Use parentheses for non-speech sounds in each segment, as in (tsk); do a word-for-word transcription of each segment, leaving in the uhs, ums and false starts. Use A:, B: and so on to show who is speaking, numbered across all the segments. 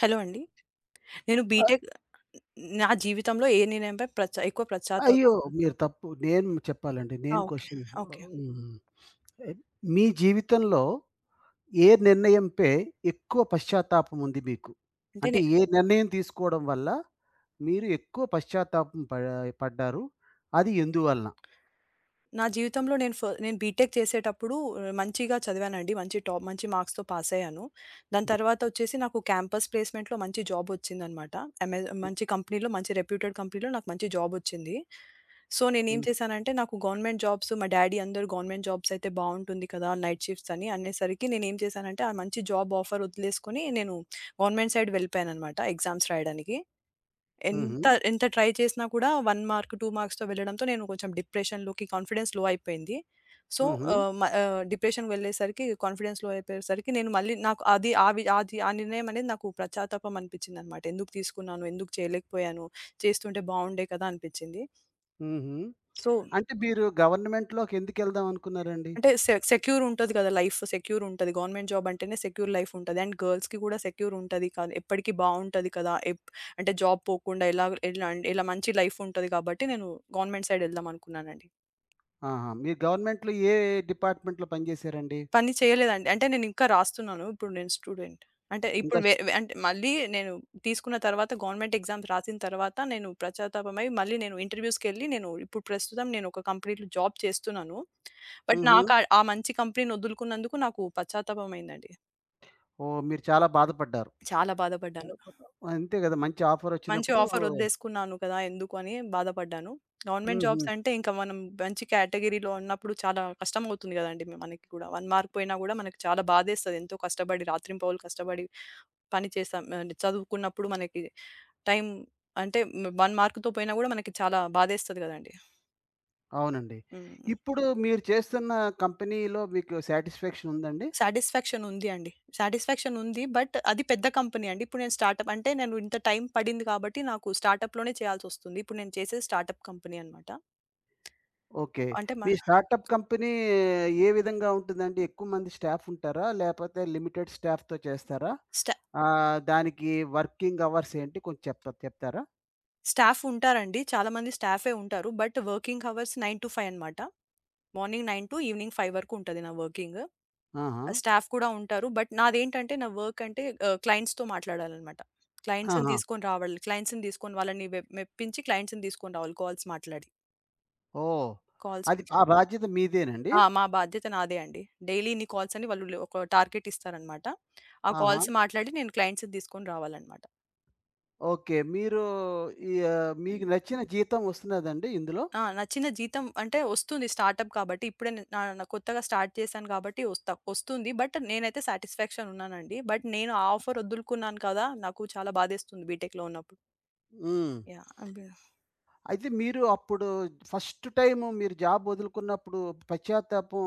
A: Hello అండి. నేను
B: అ
A: BTech నా జీవితంలో ఏ నిర్ణయంపై ప్రచ ఎక్కువ
B: అయ్యో!
A: ప్రచాతాపం
B: మీరు తప్పు నేను చెప్పాలండి.
A: ఆ!
B: నేను
A: ఓకే.
B: Question
A: okay.
B: హ్మ్. ఎ మీ జీవితంలో ఏ నిర్ణయంపై ఎక్కువ పశ్చాత్తాపం ఉంది మీకు?
A: అంటే
B: అంటే
A: నే
B: ఏ నిర్ణయం తీసుకోవడం వల్ల మీరు ఎక్కువ పశ్చాత్తాపం ప పడ్డారు? అది ఎందువలన?
A: నా జీవితంలో నేను ఫ నేను బీటెక్ చేసేటప్పుడు ఆ, మంచిగా చదివానండి. మంచి టాప్ మంచి మార్క్స్‌తో పాస్ అయ్యాను. దాని తర్వాత వచ్చేసి నాకు క్యాంపస్ ప్లేస్‌మెంట్‌లో మంచి జాబ్ వచ్చిందనమాట. అమె
B: హ్మ్.
A: మంచి కంపెనీలో మంచి రెప్యూటెడ్ కంపెనీలో నాకు మంచి జాబ్ వచ్చింది. సో, నేనేం
B: హ్మ్.
A: చేశానంటే నాకు గవర్నమెంట్ జాబ్స్ మా డ్యాడీ అందరూ గవర్నమెంట్ జాబ్స్ అయితే బావుంటుంది కదా! నైట్ షిఫ్ట్స్ అని అనేసరికి నేనేం చేశానంటే ఆ మంచి జాబ్ ఆఫర్ వదిలేసుకొని నేను గవర్నమెంట్ సైడ్ వెళ్ళిపోయాననమాట ఎగ్జామ్స్ రాయడానికి.
B: హుహు.
A: ఎంత, ఎంత ట్రై చేసినా కూడా ఒక మార్క్, రెండు మార్క్స్‌తో వెళ్ళడంతో నేను కొంచెం డిప్రెషన్‌లోకి కాన్ఫిడెన్స్ లో అయిపోయింది. సో,
B: హుహు.
A: ఆహ్, మ ఆహ్, డిప్రెషన్‌కి వెళ్ళేసరికి కాన్ఫిడెన్స్ లో అయిపోయేసరికి నేను మళ్ళీ నాకు అది ఆవి అది ఆ నిర్ణయం అనేది నాకు పశ్చాత్తాపం అనిపించిందనమాట. ఎందుకు తీసుకున్నాను? ఎందుకు చేయలేకపోయాను? చేస్తుంటే బావుండే కదా! అనిపించింది.
B: హుహు.
A: సో
B: అంటే మీరు గవర్నమెంట్‌లోకి ఎందుకెళ్దాం అనుకున్నారండి?
A: అంటే సె సెక్యూర్ ఉంటది కదా! లైఫ్ సెక్యూర్ ఉంటది. గవర్నమెంట్ జాబ్ అంటేనే సెక్యూర్ లైఫ్ ఉంటది. అండ్ గర్ల్స్‌కి కూడా సెక్యూర్ ఉంటది కాదు. ఎప్పటికి బావుంటది కదా! ఎప్ అంటే జాబ్ పోకుండా ఇలా ఇలా ఇలా మంచి లైఫ్ ఉంటది కాబట్టి నేను గవర్నమెంట్ సైడ్ ఎళ్దాం అనుకున్నానండి.
B: ఆహా! మీరు గవర్నమెంట్‌లో ఏ డిపార్ట్‌మెంట్‌లో పనిచేశారండి?
A: పని చేయలేదండి. అంటే నేను ఇంకా రాస్తున్నాను. ఇప్పుడు నేను స్టూడెంట్. అంటే
B: ఇంకా
A: ఇప్పుడు వె వె అంటే మళ్ళీ నేను తీసుకున్న తర్వాత గవర్నమెంట్ ఎగ్జామ్స్ రాసిన తర్వాత నేను ప్రచాతాపమై మళ్ళీ నేను ఇంటర్‌వ్యూస్‌కెళ్ళి నేను ఇప్పుడు ప్రస్తుతం నేను ఒక కంపెనీలో జాబ్ చేస్తున్నాను. బట్
B: హుహు.
A: నాకు ఆ ఆ మంచి కంపెనీని వదులుకున్నందుకు నాకు పశ్చాత్తాపం అయిందండి.
B: ఓహ్! మీరు చాలా బాధపడ్డారు.
A: చాలా బాధపడ్డాను.
B: అంతే గదా! మంచి
A: మంచి
B: ఆఫరొచ్చినప్పుడు
A: ఆఫర్ వదిలేసుకున్నాను కదా! ఎందుకు అని బాధపడ్డాను. గవర్నమెంట్
B: హ్మ్.
A: జాబ్స్
B: హ్మ్.
A: అంటే ఇంకా మనం మంచి కేటగరీలో ఉన్నప్పుడు చాలా కష్టమవుతుంది గదండీ! మనకి కూడా ఒక మార్క్ పోయినా గూడా మనకు చాలా బాధేస్తది. ఎంతో కష్టపడి రాత్రింపవలు కష్టపడి పని చేసాం. ఆహ్, చదువుకున్నప్పుడు మనకి టైం అంటే ఒక మార్క్‌తో పోయినా గూడా మనకి చాలా బాధేస్తది గదండీ!
B: అవునండి.
A: హ్మ్.
B: ఇప్పుడు మీరు చేస్తున్న కంపెనీలో మీకు సాటిస్ఫాక్షన్ ఉందండి?
A: సాటిస్ఫాక్షన్ ఉంది అండి. సాటిస్ఫాక్షన్ ఉంది. బట్ అది పెద్ద కంపెనీ అండి. ఇప్పుడు నేను స్టార్టప్ అంటే నేను ఇంత టైం పడింది కాబట్టి నాకు స్టార్టప్‌లోనే చేయాల్సొస్తుంది. ఇప్పుడు నేను చేసేది స్టార్టప్ కంపెనీ అనమాట.
B: ఓకే.
A: అంటే మా
B: మీ స్టార్టప్ కంపెనీ ఏ విధంగా ఉంటుందండి? ఎక్కువ మంది స్టాఫ్ ఉంటారా? లేపోతే లిమిటెడ్ స్టాఫ్‌తో చేస్తారా?
A: స్టా
B: ఆహ్, దానికి వర్కింగ్ అవర్స్ ఏంటి? కొంచెం చెప్తా చెప్తారా?
A: స్టాఫ్ ఉంటారండి. చాలా మంది స్టాఫే ఉంటారు. బట్ వర్కింగ్ అవర్స్ తొమ్మిది ఐదు అనమాట. మార్నింగ్ తొమ్మిది టు ఈవినింగ్ ఐదు వరకు ఉంటది నా వర్కింగ్.
B: ఆహా!
A: ఆహ్, స్టాఫ్ కూడా ఉంటారు. బట్ నాదేంటంటే నా వర్క్ అంటే ఆహ్, క్లయింట్స్‌తో మాట్లాడాలనమాట. క్లయింట్స్‌ని
B: ఆహా!
A: తీసుకొని రావాలి. క్లయింట్స్‌ని తీసుకొని వాళ్ళని వె మెప్పించి క్లయింట్స్‌ని తీసుకొని రావాలి కాల్స్ మాట్లాడి.
B: ఓహ్!
A: కాల్స్
B: అది ఆ బాధ్యత మీదేనండి?
A: ఆ! మా బాధ్యత నాదే అండి. డైలీ ఇన్ని కాల్స్ అని వాళ్ళు ఒక టార్గెట్ ఇస్తారనమాట. ఆ
B: ఆహా!
A: కాల్స్ మాట్లాడి నేను క్లయింట్స్‌ని తీసుకొని రావాలనమాట.
B: ఓకే. మీరు ఈ ఆహ్, మీకు నచ్చిన జీతం వస్తున్నదండి ఇందులో?
A: ఆ! నా చిన్న జీతం అంటే వస్తుంది స్టార్టప్ కాబట్టి. ఇప్పుడే నా నా కొత్తగా స్టార్ట్ చేశాను కాబట్టి వస్తా వస్తుంది. బట్ నేనైతే సాటిస్ఫాక్షన్ ఉన్నానండి. బట్ నేను ఆ ఆఫర్ వదులుకున్నాను కదా! నాకు చాలా బాధేస్తుంది బీటెక్‌లో ఉన్నప్పుడు.
B: హ్మ్.
A: యాహ్! అబ్బ!
B: అయితే మీరు అప్పుడు ఫస్ట్ టైము మీరు జాబ్ వదులుకున్నప్పుడు పశ్చాత్తాపం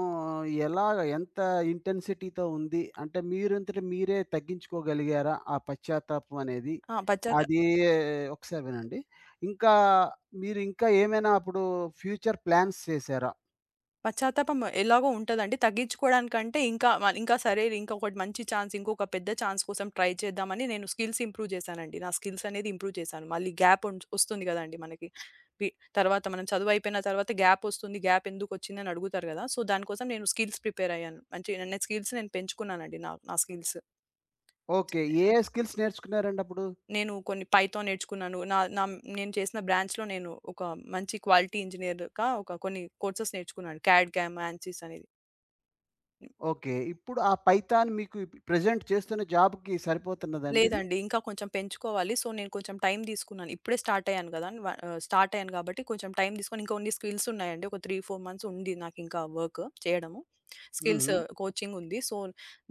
B: ఎలాగ ఎంత ఇంటెన్సిటీతో ఉంది? అంటే మీరంతట మీరే తగ్గించుకోగలిగారా? ఆ పశ్చాత్తాపం అనేది.
A: ఆ! పశ్చాత్
B: అది ఒకసారి వినండి. ఇంకా మీరు ఇంకా ఏమైనా అప్పుడు ఫ్యూచర్ ప్లాన్స్ చేశారా?
A: పశ్చాత్తాపం ఎలాగో ఉంటదండి. తగ్గించుకోవడానికంటే ఇంకా మ ఇంకా సరే ఇంకొకటి మంచి ఛాన్స్, ఇంకొక పెద్ద ఛాన్స్ కోసం ట్రై చేద్దామని నేను స్కిల్స్ ఇంప్రూవ్ చేశానండి. నా స్కిల్స్ అనేది ఇంప్రూవ్ చేశాను. మళ్ళీ గ్యాప్ ఉంట్ వస్తుంది గదండీ మనకి. పి తర్వాత మనం చదువయిపోయిన తర్వాత గ్యాప్ వస్తుంది. గ్యాప్ ఎందుకొచ్చిందని అడుగుతారు గదా! సో, దానికోసం నేను స్కిల్స్ ప్రిపేర్ అయ్యాను. మంచి నా స్కిల్స్ నేను పెంచుకున్నానండి. నా నా స్కిల్స్.
B: ఓకే. ఏ స్కిల్స్ నేర్చుకున్నారండి అప్పుడు?
A: నేను కొన్ని పైథాన్ నేర్చుకున్నాను. నా నా నేను చేసిన బ్రాంచ్‌లో నేను ఒక మంచి క్వాలిటీ ఇంజినీర్‌గా ఒక కొన్ని కోర్సెస్ నేర్చుకున్నాను. క్యాడ్, క్యామ్, యాన్సిస్ అనేది.
B: ఓకే. ఇప్పుడు ఆ పైథాన్ మీకు ప్రెజెంట్ చేస్తున్న జాబ్‌కి సరిపోతున్నదండి ఇది?
A: లేదండి. ఇంకా కొంచెం పెంచుకోవాలి. సో, నేను కొంచెం టైం తీసుకున్నాను. ఇప్పుడే స్టార్ట్ అయ్యాను గదా! వ ఆహ్, స్టార్ట్ అయ్యాను కాబట్టి కొంచెం టైం తీసుకొని ఇంకా కొన్ని స్కిల్స్ ఉన్నాయండి. ఒక మూడు, నాలుగు మంత్స్ ఉంది నాకింకా వర్క్ చేయడము. స్కిల్స్
B: హుహు.
A: కోచింగ్ ఉంది. సో,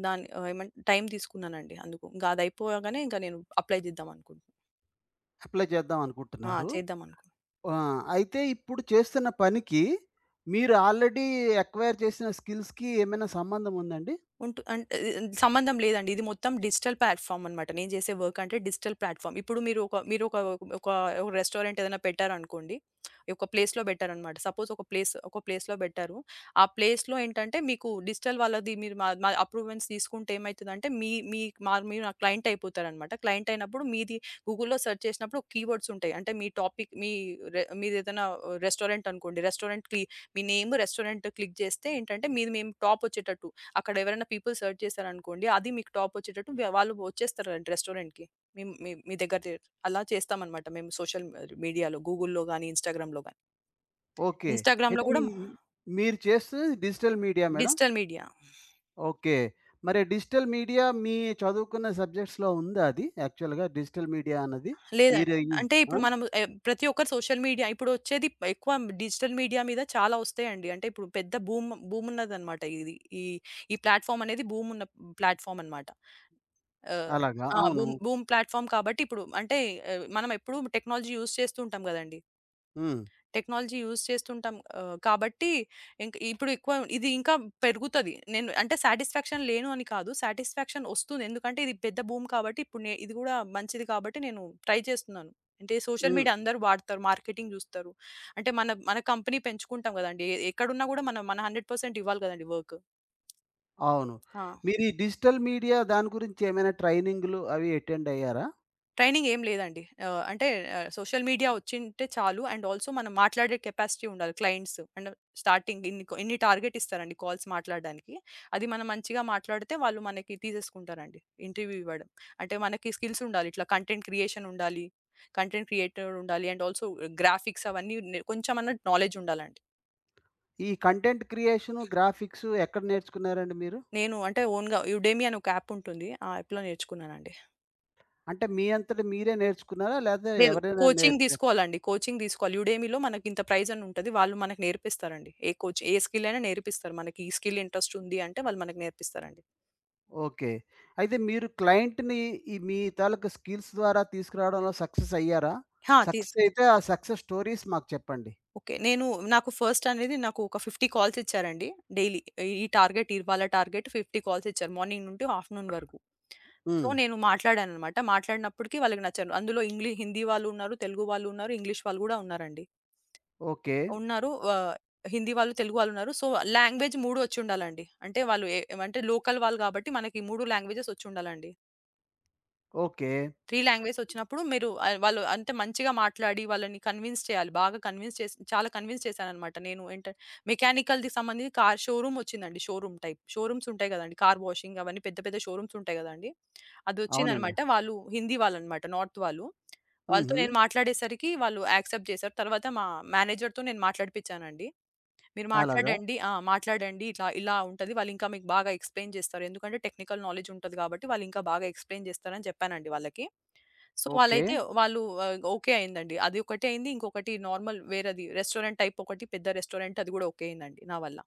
A: దాన్ని ఆహ్, ఏమంటే టైం తీసుకున్నానండి అందుకు. ఇంకా అది అయిపోగానే ఇంకా నేను అప్లై చేద్దాం అనుకుంటున్నా.
B: అప్లై చేద్దాం
A: ఆ!
B: అనుకుంటున్నారు.
A: చేద్దాం అనుకుంటున్నా.
B: ఆ! అయితే ఇప్పుడు చేస్తున్న పనికి మీరు ఆల్రెడీ అక్వైర్ చేసిన స్కిల్స్‌కి ఏమైనా సంబంధం ఉందండి?
A: ఉంటు అంటే సంబంధం లేదండి. ఇది మొత్తం డిజిటల్ ప్లాట్‌ఫార్మ్ అన్నమాట. నేను చేసే వర్క్ అంటే డిజిటల్ ప్లాట్‌ఫార్మ్. ఇప్పుడు మీరు ఒక మీరు ఒక ఒక ఒక రెస్టారెంట్ ఏదైనా పెట్టారనుకోండి. ఒక ప్లేస్‌లో పెట్టారన్నమాట. సపోజ్ ఒక ప్లేస్ ఒక ప్లేస్‌లో పెట్టారు. ఆ ప్లేస్‌లో ఏంటంటే మీకు డిజిటల్ వాళ్ళది మీరు మా మా అప్రూవెన్స్ తీసుకుంటే ఏమైతదంటే మీ మీ మా మీరు నాకు క్లయింట్ అయిపోతారన్నమాట. క్లయింట్ అయినప్పుడు మీది గూగుల్‌లో సెర్చ్ చేసినప్పుడు కీవర్డ్స్ ఉంటాయి. అంటే మీ టాపిక్ మీ రె మీదేదైనా రెస్టారెంట్ అనుకోండి. రెస్టారెంట్ క్లి మీ నేమ్ రెస్టారెంట్ క్లిక్ చేస్తే ఏంటంటే మీది మేము టాప్ వచ్చేటట్టు అక్కడ ఎవరైనా పీపుల్ సెర్చ్ చేశారనుకోండి, అది మీకు టాపొచ్చేటట్టు వ వాళ్ళు వచ్చేస్తారంట రెస్టారెంట్‌కి. మీ మీ మీ దగ్గర తి అలా చేస్తామనమాట మేము సోషల్ మీడియాలో, గూగుల్‌లో గాని, ఇన్‌స్టాగ్రామ్‌లో గాని.
B: ఓకే. అయితే
A: ఇన్‌స్టాగ్రామ్‌లో గూడా
B: మీ మీరు చేస్తున్నది digital media madam?
A: Digital media.
B: Okay. మరి డిజిటల్ మీడియా మీ చదువుకున్న సబ్జెక్ట్స్‌లో ఉందా అది యాక్చువల్‌గా డిజిటల్ మీడియా అన్నది?
A: లేదా
B: మీరు ఈ
A: అంటే
B: ఆ!
A: ఇప్పుడు మనం ఆహ్, ప్రతి ఒక్కరు సోషల్ మీడియా ఇప్పుడొచ్చేది ఎక్కువ డిజిటల్ మీడియా మీద చాలా ఒస్తాయండి. అంటే ఇప్పుడు పెద్ద బూమ్ బూమున్నదనమాట ఇది. ఈ ఈ ప్లాట్‌ఫార్మ్ అనేది బూమున్న ప్లాట్‌ఫార్మ్ అనమాట. ఆహ్,
B: అలాగా.
A: ఆ!
B: అవును.
A: బూమ్ బూమ్ ప్లాట్‌ఫార్మ్ కాబట్టి ఇప్పుడు అంటే ఆహ్, మనం ఎప్పుడు టెక్నాలజీ యూజ్ చేస్తూ ఉంటాం గదండీ!
B: హ్మ్.
A: టెక్నాలజీ యూజ్ చేస్తుంటాం ఆహ్, కాబట్టి ఇంక ఇప్పుడు ఎక్కువ ఇది ఇంకా పెరుగుతది. నేను అంటే సాటిస్ఫాక్షన్ లేను అని కాదు. సాటిస్ఫాక్షన్ ఒస్తుంది. ఎందుకంటే ఇది పెద్ద బూమ్ కాబట్టి ఇప్పుడు నే ఇది గూడా మంచిది కాబట్టి నేను ట్రై చేస్తున్నాను. అంటే సోషల్
B: హ్మ్.
A: మీడియా అందరూ వాడతారు. మార్కెటింగ్ జూస్తారు. అంటే మన మన కంపెనీ పెంచుకుంటాం గదండీ! ఎ ఎక్కడున్నా గూడా మనం మన వంద శాతం ఇవ్వాలి గదండీ వర్క్.
B: అవును.
A: ఆ!
B: మీరు ఈ డిజిటల్ మీడియా దాని గురించి ఏమైనా ట్రైనింగ్‌లు అవి అటెండ్ అయ్యారా?
A: ట్రైనింగ్ ఏం లేదండి. ఆహ్, అంటే ఆహ్, సోషల్ మీడియా వచ్చింటే చాలు. అండ్ ఆల్సో మనం మాట్లాడే కెపాసిటీ ఉండాలి క్లయింట్స్. అండ్ స్టార్టింగ్ ఇన్ని కొ ఇన్ని టార్గెట్ ఇస్తారండి కాల్స్ మాట్లాడడానికి. అది మనం మంచిగా మాట్లాడితే వాళ్ళు మనకి తీసేసుకుంటారండి ఇంటర్వ్యూ ఇవ్వడం. అంటే మనకి స్కిల్స్ ఉండాలి. ఇట్లా కంటెంట్ క్రియేషన్ ఉండాలి. కంటెంట్ క్రియేటర్ ఉండాలి. అండ్ ఆల్సో గ్రాఫిక్స్ అవన్నీ నే కొంచెమన్నా నాలెడ్జ్ ఉండాలండి.
B: ఈ కంటెంట్ క్రియేషను, గ్రాఫిక్సు ఎక్కడ నేర్చుకున్నారండి మీరు?
A: నేను అంటే ఓన్‌గా యుడేమి అని ఒక యాప్ ఉంటుంది. ఆ యాప్‌లో నేర్చుకున్నానండి.
B: అంటే మీ అంతట మీరే నేర్చుకున్నారా? లేతే
A: లేదు.
B: ఎవరైనా
A: కోచింగ్
B: నేర్పారా?
A: తీసుకోవాలండి. కోచింగ్ తీసుకోవాలి. యుడేమీలో మనకింత ప్రైజ్ అని ఉంటది. వాళ్ళు మనకు నేర్పిస్తారండి. ఏ కోచ్ ఏ స్కిల్ అయినా నేర్పిస్తారు. మనకి ఈ స్కిల్ ఇంట్రెస్ట్ ఉంది అంటే వాళ్ళు మనకు నేర్పిస్తారండి.
B: ఓకే. అయితే మీరు క్లయింట్‌ని ఈ మీ తాలూకా స్కిల్స్ ద్వారా తీసుకురావడంలో సక్సెస్ అయ్యారా?
A: ఆ! తీస్
B: సక్సెస్ అయితే ఆ సక్సెస్ స్టోరీస్ మాకు చెప్పండి.
A: ఓకే. నేను నాకు ఫస్ట్ అనేది నాకు ఒక యాభై కాల్స్ ఇచ్చారండి డైలీ. ఈ టార్గెట్ ఇవాళ టార్గెట్ యాభై కాల్స్ ఇచ్చారు. మార్నింగ్ నుండి ఆఫ్టర్‌నూన్ వరకు. సో,
B: హ్మ్.
A: నేను మాట్లాడాననమాట. మాట్లాడినప్పటికి వాళ్ళకి నచ్చాను. అందులో ఇంగ్లీ హిందీ వాళ్ళున్నారు, తెలుగు వాళ్ళున్నారు, ఇంగ్లీష్ వాళ్ళు గూడా ఉన్నారండి.
B: ఓకే.
A: ఉన్నారు. ఆహ్, హిందీ వాళ్ళు, తెలుగు వాళ్ళున్నారు. సో, లాంగ్వేజ్ మూడు వచ్చుండాలండి. అంటే వాళ్ళు ఏ అంటే లోకల్ వాళ్ళు గాబట్టి మనకి మూడు లాంగ్వేజెస్ వచ్చుండాలండి.
B: ఓకే.
A: మూడు లాంగ్వేజెస్ వచ్చినప్పుడు మీరు ఆహ్, వాళ్ళు అంటే మంచిగా మాట్లాడి వాళ్ళని కన్విన్స్ చేయాలి. బాగా కన్విన్స్ చేసి చాలా కన్విన్స్ చేశాననమాట. నేను ఏంట మెకానికల్‌ది సంబంధించి కార్ షోరూమ్ వచ్చిందండి. Showroom type. షోరూమ్స్ ఉంటాయి గదండీ! కార్ వాషింగ్ అవన్నీ పెద్ద పెద్ద షోరూమ్స్ ఉంటాయి గదండీ!
B: అవునండి.
A: అదొచ్చిందనమాట. వాళ్ళు హిందీ వాళ్ళనమాట. నార్త్ వాళ్ళు. వాళ్ళతో
B: హుహు.
A: నేను మాట్లాడేసరికి వాళ్ళు యాక్సెప్ట్ చేశారు. తర్వాత మా మేనేజర్‌తో నేను మాట్లాడిపిచ్చానండి. మీరు
B: అలాగా?
A: మాట్లాడండి. ఆ! మాట్లాడండి. ఇట్లా ఇలా ఉంటది. వాళ్ళింకా మీకు బాగా ఎక్స్‌ప్లెయిన్ జేస్తారు. ఎందుకంటే టెక్నికల్ నాలెడ్జ్ ఉంటది కాబట్టి వాళ్ళింకా బాగా ఎక్స్‌ప్లెయిన్ జేస్తారని జెప్పానండి వాళ్ళకి. So,
B: okay.
A: వాళ్ళైతే వాళ్ళు ఆహ్, ఓకే అయిందండి. అది ఒకటే అయింది. ఇంకొకటి నార్మల్ వేరేది రెస్టారెంట్ టైప్ ఒకటి పెద్ద రెస్టారెంట్ అది గూడా ఓకే అయిందండి నా వల్ల.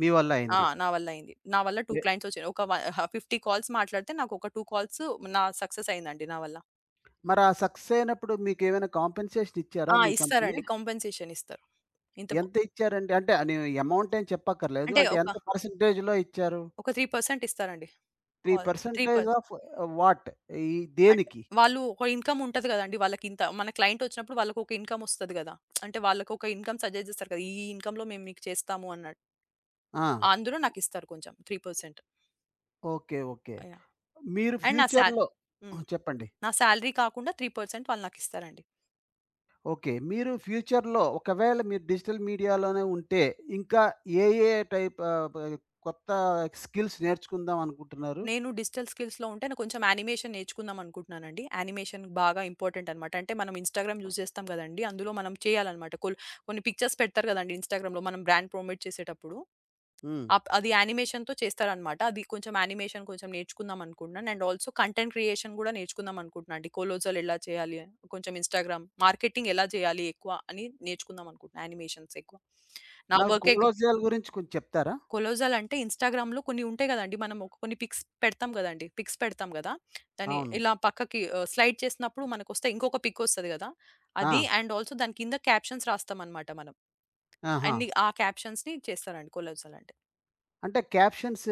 B: మీ వల్ల
A: ఆ!
B: అయింది.
A: నా వల్ల అయింది. నా వల్ల రెండు
B: ఎ
A: క్లయింట్స్ ఒచ్చాయి. ఒక వ ఆహ్, యాభై కాల్స్ మాట్లాడితే నాకొక రెండు కాల్స్ నా సక్సెస్ అయిందండి నా వల్ల.
B: మరి ఆ సక్సెస్ అయినప్పుడు మీకేమైనా కాంపెన్సేషన్ ఇచ్చారా
A: ఆ!
B: మీ కంపెనీ?
A: ఇస్తారండి. కాంపెన్సేషన్ ఇస్తారు. ఇంత పో-
B: ఎంత ఇచ్చారండి? అంటే అని అమౌంట్ ఏం చెప్పక్కర్లేదు.
A: అంటే
B: అంటే
A: ఒక,
B: ఎంత పర్సెంటేజ్‌లో ఇచ్చారు?
A: ఒక మూడు శాతం ఇస్తారండి. కాల్ 3
B: మూడు శాతం
A: పర్
B: ఆఫ్ వాట్? ఈ
A: అంటే
B: దేనికి?
A: వాళ్ళు ఒక ఇన్‌కమ్ ఉంటది గదండీ! వాళ్ళకింత మన క్లయింట్ ఒచ్చినప్పుడు వాళ్ళకొక ఇన్‌కమ్ ఒస్తది గదా! అంటే వాళ్ళకొక ఇన్‌కమ్ సజెస్ట్ జేస్తారు కదా! ఈ ఈ ఇన్‌కమ్‌లో మేము మీకు చేస్తాము అన్నట్టు.
B: ఆ!
A: అందులో నాకిస్తారు కొంచెం మూడు శాతం.
B: ఓకే. ఓకే.
A: యాహ్!
B: మీరు
A: అండ్ నా సాల్
B: ఫ్యూచర్‌లో ఆ!
A: హ్మ్.
B: చెప్పండి.
A: నా సాలరీ కాకుండా మూడు శాతం వాళ్ళు నాకిస్తారండి.
B: ఓకే. మీరు ఫ్యూచర్‌లో ఒకవేళ మీరు డిజిటల్ మీడియాలోనే ఉంటే, ఇంకా ఏ ఏ టైప్ ఆహ్, బ కొత్త స్కిల్స్ నేర్చుకుందాం అనుకుంటున్నారు?
A: నేను డిజిటల్ స్కిల్స్‌లో ఉంటే నేను కొంచెం యానిమేషన్ నేర్చుకుందాం అనుకుంటున్నానండి. యానిమేషన్ బాగా ఇంపార్టెంట్ అనమాట. అంటే మనం ఇన్‌స్టాగ్రామ్ యూజ్ జేస్తాం గదండీ! అందులో మనం చేయాలనమాట. కొల్ కొన్ని పిక్చర్స్ పెడతారు గదండీ! ఇన్‌స్టాగ్రామ్‌లో మనం బ్రాండ్ ప్రమోట్ చేసేటప్పుడు.
B: హ్మ్.
A: అప్ అది యానిమేషన్‌తో చేస్తారనమాట. అది కొంచెం యానిమేషన్ కొంచెం నేర్చుకుందాం అనుకుంటున్నాను. అండ్ ఆల్సో కంటెంట్ క్రియేషన్ గూడా నేర్చుకుందాం అనుకుంటున్నా అండి. కొలోజల్ ఎలా చేయాలి? కొంచెం ఇన్‌స్టాగ్రామ్ మార్కెటింగ్ ఎలా చేయాలి ఎక్కువ అని నేర్చుకుందాం అనుకుంటున్నా యానిమేషన్స్ ఎక్కువ. నా
B: నాకు
A: వర్కే ఓకే. క
B: కొలోజియాల గురించి కొంచెం చెప్తారా?
A: కొలోజల్ అంటే ఇన్‌స్టాగ్రామ్‌లో కొన్ని ఉంటాయి గదండీ! మనం ఒక కొన్ని పిక్స్ పెడతాం గదండీ! పిక్స్ పెడతాం గదా! దాన్ని
B: అవును.
A: ఇలా పక్కకి ఆహ్, స్లైడ్ చేసినప్పుడు మనకొస్తే ఇంకొక పిక్ ఒస్తది గదా!
B: ఆ!
A: అది అండ్ ఆల్సో దాని కింద క్యాప్షన్స్ రాస్తామనమాట మనం.
B: ఆహా!
A: అన్ని ఆ క్యాప్షన్స్‌ని చేస్తారండి కొలోజల్ అంటే.
B: అంటే క్యాప్షన్స్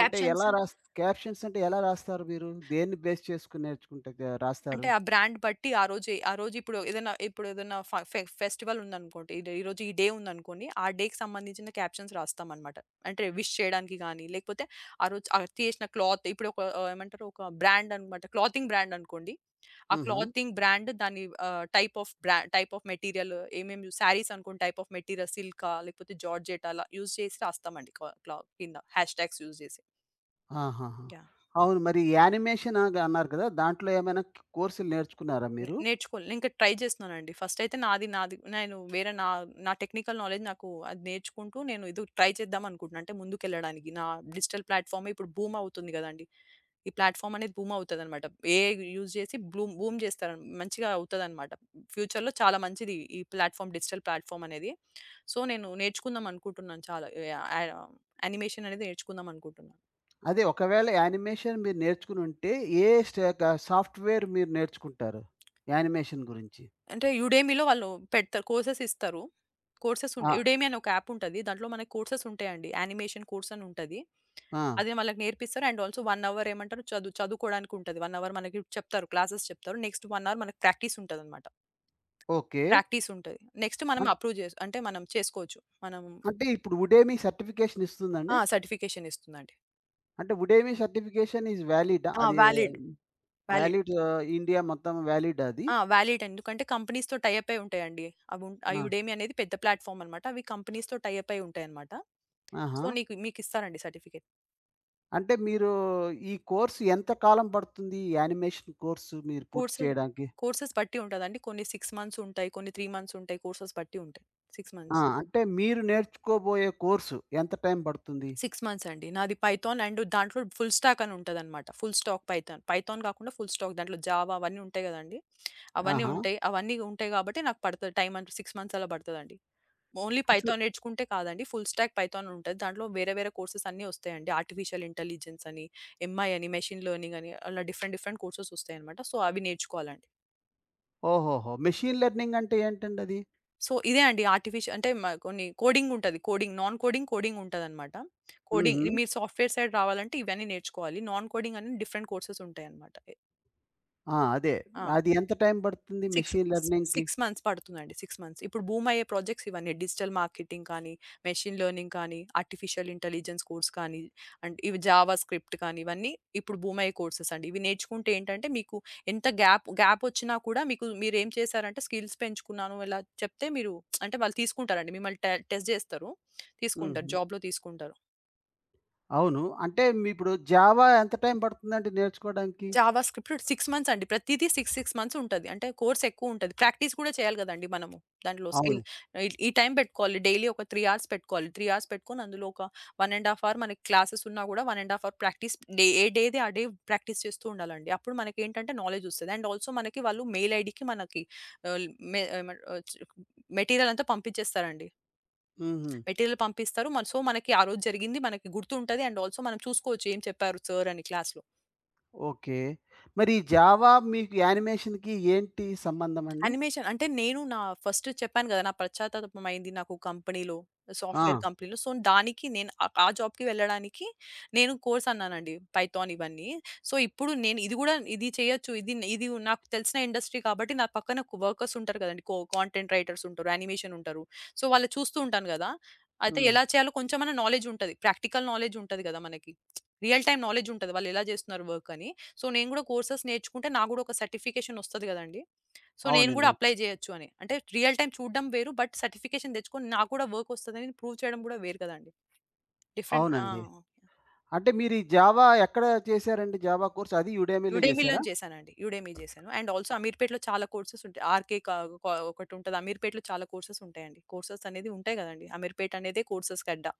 B: అంటే ఎలా రాస్ క్యాప్షన్స్ అంటే ఎలా రాస్తారు మీరు? దేన్ని బేస్ చేసుకొని నేర్చుకుంటే గ రాస్తారు?
A: అంటే ఆ బ్రాండ్ బట్టి ఆ రోజు ఏ- ఆ రోజు ఇప్పుడు ఏదైనా ఇప్పుడు ఏదైనా ఫ ఫె ఫెస్టివల్ ఉందనుకోండి. ఈ ఈ రోజు ఈ డే ఉందనుకోండి. ఆ డేకి సంబంధించిన క్యాప్షన్స్ రాస్తామనమాట. అంటే విష్ చేయడానికి గాని, లేకపోతే ఆ రోజు ఆ తీసిన క్లాత్ ఇప్పుడు ఒక ఆహ్, ఏమంటారు ఒక బ్రాండ్ అనమాట. క్లాతింగ్ బ్రాండ్ అనుకోండి. ఆ
B: హుహు.
A: క్లాతింగ్ బ్రాండ్ దాని ఆహ్, టైప్ ఆఫ్ బ్రా టైప్ ఆఫ్ మెటీరియల్ ఏమేమి శారీస్ అనుకోండి టైప్ ఆఫ్ మెటీరియల్ సిల్కా లేకపోతే జార్జెట్ అలా యూజ్ చేసి రాస్తామండి. కా క్లా కింద హ్యాష్ ట్యాగ్స్ యూజ్ చేసి.
B: ఆహాహా!
A: యాహ్!
B: అవును. మరి యానిమేషన్ ఆగ్ అన్నారు కదా! దాంట్లో ఏమైనా క్ కోర్సులు నేర్చుకున్నారా
A: నే
B: మీరు?
A: నేర్చుకోలే. ఇంకా ట్రై చేస్తున్నానండి. ఫస్ట్ అయితే నాది నాది నేను వేరే నా నా టెక్నికల్ నాలెడ్జ్ నాకు అది నేర్చుకుంటూ నేను ఇది ట్రై చేద్దాం అనుకుంటున్నా. అంటే ముందుకెళ్ళడానికి నా డిజిటల్ ప్లాట్‌ఫార్మ్ ఇప్పుడు బూమ్ అవుతుంది గదండీ! ఈ ప్లాట్‌ఫార్మ్ అనేది బూమ్ అవుతదనమాట. ఏఐ యూజ్ చేసి బ్లూమ్ బూమ్ చేస్తారు. మంచిగా అవుతదనమాట. ఫ్యూచర్‌లో చాలా మంచిది ఈ ప్లాట్‌ఫార్మ్ డిజిటల్ ప్లాట్‌ఫార్మ్ అనేది. సో, నేను నేర్చుకుందాం అనుకుంటున్నాను చాలా. యాహ్! యాహ్! యానిమేషన్ అనేది నేర్చుకుందాం అనుకుంటున్నా.
B: అదే ఒకవేళ యానిమేషన్ మీరు నేర్చుకునుంటే ఏ స్ట క సాఫ్ట్‌వేర్ మీరు నేర్చుకుంటారు? యానిమేషన్ గురించి.
A: అంటే యుడేమిలో వాళ్ళు పెడతారు. కోర్సెస్ ఇస్తారు. కోర్సెస్ ఉంట
B: ఆ!
A: యుడేమి అని ఒక యాప్ ఉంటది. దాంట్లో మనకు కోర్సెస్ ఉంటాయండి. యానిమేషన్ కోర్స్ అని ఉంటది.
B: ఆ!
A: అది వాళ్ళకి నేర్పిస్తారు. అండ్ ఆల్సో ఒక అవర్ ఏమంటారు చదువు చదువుకోవడానికి ఉంటది. ఒక అవర్ మనకి చెప్తారు. క్లాసెస్ చెప్తారు. నెక్స్ట్ ఒక అవర్ మనకు ప్రాక్టీస్ ఉంటదన్నమాట.
B: ఓకే.
A: ప్రాక్టీస్ ఉంటది. నెక్స్ట్ మనం
B: అంట్
A: అప్రూవ్ చేసు అంటే మనం చేసుకోవచ్చు. మనం
B: అంటే ఇప్పుడు ఉడేమి సర్టిఫికేషన్ ఇస్తుందండి?
A: ఆ! సర్టిఫికేషన్ ఇస్తుందండి.
B: అంటే ఉడేమి సర్టిఫికేషన్ ఈజ్ వాలిడా?
A: ఆ!
B: అది
A: వాలిడ్. వాలిడ్.
B: వాలిడ్ ఇండియా మొత్తం వాలిడా అది?
A: ఆ! వాలిడ్ ఎందుకంటే కంపెనీస్‌తో టై అప్ అయి ఉంటాయండి. అవి ఉన్- ఆ
B: ఆ!
A: యుడేమి అనేది పెద్ద ప్లాట్‌ఫార్మ్ అన్నమాట. అవి కంపెనీస్‌తో టై అప్ అయి ఉంటాయన్నమాట.
B: ఆహా!
A: సో, నీకు మీకిస్తారండి సర్టిఫికేట్.
B: అంటే మీరు ఈ కోర్స్ ఎంత కాలం పడుతుంది? యానిమేషన్ కోర్సు మీరు పూర్తి
A: కోర్సెస్
B: చేయడానికి?
A: కోర్సెస్ బట్టి ఉంటదండి. కొన్ని ఆరు మంత్స్ ఉంటాయి. కొన్ని మూడు మంత్స్ ఉంటాయి. కోర్సెస్ బట్టి ఉంటాయి. ఆరు
B: ఆ!
A: మంత్స్.
B: అంటే మీరు నేర్చుకోబోయే కోర్సు ఎంత టైం పడుతుంది?
A: ఆరు మంత్స్ అండి. నాది పైథాన్ అండ్ దాంట్లో ఫుల్ స్టాక్ అని ఉంటదనమాట. Full stack Python. పైథాన్ కాకుండా ఫుల్ స్టాక్ దాంట్లో జావా అవన్నీ ఉంటాయి కదండీ! అవన్నీ
B: ఆహా!
A: ఉంటాయి. అవన్నీ ఉంటాయి కాబట్టి నాకు పడతది టైమ్ అంటే ఆరు మంత్స్ అలా పడతదండి. ఓన్లీ
B: అసలు
A: పైథాన్ నేర్చుకుంటే కాదండి. ఫుల్ స్టాక్ పైథాన్ ఉంటది. దాంట్లో వేరే వేరే కోర్సెస్ అన్నీ వస్తాయండి. ఆర్టిఫిషియల్ ఇంటెలిజెన్స్ అని, ఎంఐ అని, మెషిన్ లెర్నింగ్ అని అలా డిఫరెంట్ డిఫరెంట్ కోర్సెస్ వస్తాయన్నమాట. సో, అవి నేర్చుకోవాలండి.
B: ఓహోహో! మెషీన్ లెర్నింగ్ అంటే ఏంటండది?
A: సో, ఇదే అండి ఆర్టిఫిషియ అంటే మ కొన్ని కోడింగ్ ఉంటది. కోడింగ్, నాన్ కోడింగ్, కోడింగ్ ఉంటదనమాట. కోడింగ్
B: హుహు.
A: మీరు సాఫ్ట్‌వేర్ సైడ్ రావాలంటే ఇవన్నీ నేర్చుకోవాలి. నాన్ కోడింగ్ అని డిఫరెంట్ కోర్సెస్ ఉంటాయన్నమాట. ఎ
B: ఆ! అదే.
A: ఆ!
B: అది ఎంత టైం పడుతుంది
A: ఆరు ఆరు
B: మెషీన్ లెర్నింగ్‌కి?
A: మంత్స్ పడుతుందండి. ఆరు మంత్స్. ఇప్పుడు బూమ్ అయ్యే ప్రాజెక్ట్స్ ఇవన్నీ డిజిటల్ మార్కెటింగ్ కానీ, మెషిన్ లెర్నింగ్ కానీ, ఆర్టిఫిషియల్ ఇంటెలిజెన్స్ కోర్స్ కానీ, అండ్ ఇవి జావా స్క్రిప్ట్ కానీ ఇవన్నీ ఇప్పుడు బూమ్ అయ్యే కోర్సెస్ అండి. ఇవి నేర్చుకుంటే ఏంటంటే మీకు ఎంత గ్యాప్ గ్యాప్ వచ్చినా కూడా మీకు మీరేం చేశారంటే స్కిల్స్ పెంచుకున్నాను ఇలా చెప్తే మీరు (tsk) అంటే వాళ్ళు తీసుకుంటారండి. మిమ్మల్ని టె టెస్ట్ చేస్తారు. తీసుకుంటారు.
B: హుహు.
A: జాబ్‌లో తీసుకుంటారు.
B: అవును. అంటే మీ ఇప్పుడు జావా ఎంత టైం పడుతుందండి నేర్చుకోవడానికి?
A: జావా స్క్రిప్ట్ ఆరు మంత్స్ అండి. ప్రతీదీ ఆరు, ఆరు మంత్స్ ఉంటది. అంటే కోర్స్ ఎక్కువుంటది. ప్రాక్టీస్ కూడా చేయాలి గదండీ మనము. దాంట్లో స్కిల్
B: అవును.
A: ఈ ఈ టైం పెట్టుకోవాలి. డైలీ ఒక మూడు అవర్స్ పెట్టుకోవాలి. మూడు అవర్స్ పెట్టుకొని అందులో ఒక ఒకటిన్నర ½ అవర్ మనకి క్లాసెస్ ఉన్నా గూడా ఒకటిన్నర ½ అవర్ ప్రాక్టీస్ డే ఏ డేది ఆ డే ప్రాక్టీస్ చేస్తూ ఉండాలండి. అప్పుడు మనకేంటంటే నాలెడ్జ్ ఒస్తది. అండ్ ఆల్సో మనకి వాళ్ళు మెయిల్ ఐడీకి మనకి ఆహ్, మె ఏమంటారు ఆహ్, చ్ మెటీరియల్ అంతా పంపించేస్తారండి.
B: హుహు.
A: మెటీరియల్ పంపిస్తారు. మన సో, మనకి ఆ రోజు జరిగింది మనకి గుర్తుంటది. అండ్ ఆల్సో మనం చూసుకోవచ్చు ఏం చెప్పారు సార్ అని క్లాస్‌లో.
B: ఓకే. మరి ఈ జావా మీకు యానిమేషన్‌కి ఏంటి సంబంధం అండి?
A: యానిమేషన్ అంటే నేను నా ఫస్ట్ చెప్పాను గదా! నా పశ్చాత్తాపమైంది నాకు కంపెనీలో, సాఫ్ట్‌వేర్
B: ఆ!
A: కంపెనీలో. సో, దానికి నేను ఆహ్, ఆ జాబ్‌కి వెళ్ళడానికి నేను కోర్స్ అన్నానండి. పైథాన్ ఇవన్నీ. సో, ఇప్పుడు నేను ఇది గూడా ఇది చేయొచ్చు. ఇది ఇది నాకు తెలిసిన ఇండస్ట్రీ కాబట్టి నా పక్కన వర్కర్స్ ఉంటారు గదండీ. కో కాంటెంట్ రైటర్స్ ఉంటారు. యానిమేషన్ ఉంటారు. సో, వాళ్ళని చూస్తూ ఉంటాను గదా! అయితే
B: హ్మ్.
A: ఎలా చేయాలో కొంచెమన్నా నాలెడ్జ్ ఉంటది. ప్రాక్టికల్ నాలెడ్జ్ ఉంటది గదా! మనకి. రియల్ టైమ్ నాలెడ్జ్ ఉంటది. వాళ్ళు ఎలా జేస్తున్నారు వర్క్ అని. సో, నేను గూడా కోర్సెస్ నేర్చుకుంటే నాకు గూడా ఒక సర్టిఫికేషన్ ఒస్తది గదండీ! సో నేను గూడా
B: అవునండి.
A: అప్లై జేయొచ్చు అని. అంటే రియల్ టైమ్ చూడడం వేరు. బట్ సర్టిఫికేషన్ తెచ్చుకొని నాకు గూడా వర్క్ వస్తదని ప్రూవ్ చేయడం గూడా వేరు కదండీ. డిఫరెంట్ ఆ!
B: అవునండి.
A: ఓకే.
B: అంటే మీరు ఈ జావా ఎక్కడ చేశారండి? జావా కోర్స్ అది యుడెమీలో చేశారా?
A: యుడెమీ‌లోనే చేశానండి. యుడెమీ జేశాను. అండ్ ఆల్సో అమీర్‌పేట్‌లో చాలా కోర్సెస్ ఉంటాయి. ఆర్‌కే క క ఒకటుంటది. అమీర్‌పేట్‌లో చాలా కోర్సెస్ ఉంటాయండి. కోర్సెస్ అనేది ఉంటాయి గదండీ. అమీర్‌పేట్ అనేదే కోర్సెస్‌కి అడ్డా.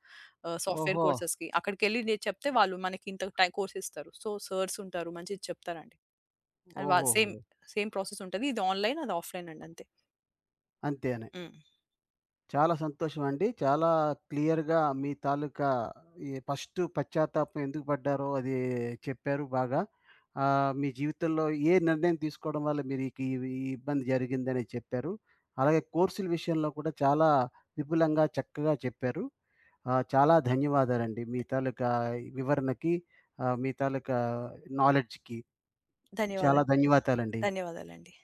A: ఆహ్, సాఫ్ట్‌వేర్
B: ఓహో!
A: కోర్సెస్‌కి. అక్కడికెళ్ళి నేను చెప్తే వాళ్ళు మనకి ఇంత టై కోర్స్ ఇస్తారు. సో, సర్స్ ఉంటారు. మంచిగా చెప్తారండి. అది వా
B: ఓహోహో!
A: సేమ్, సేమ్ ప్రాసెస్ ఉంటది. ఇది ఆన్‌లైన్, అది ఆఫ్‌లైన్ అండి అంతే.
B: అంతేనే.
A: హ్మ్.
B: చాలా సంతోషం అండి. చాలా క్లియర్‌గా మీ తాలూకా ఈ ఫస్ట్ పశ్చాత్తాపం ఎందుకు పడ్డారో అది చెప్పారు బాగా. ఆహ్, మీ జీవితంలో ఏ నిర్ణయం తీసుకోవడం వల్ల మీరీకి ఈ ఈ ఇబ్బంది జరిగిందని చెప్పారు. అలాగే కోర్సుల విషయంలో కూడా చాలా విపులంగా, చక్కగా చెప్పారు. ఆహ్, చాలా ధన్యవాదాలండి. మీ తాలూకా వివరణకి, ఆహ్, మీ తాలూకా నాలెడ్జ్‌కి చాలా
A: ధన్యవాదాలు.
B: ధన్యవాదాలండి.
A: ధన్యవాదాలండి.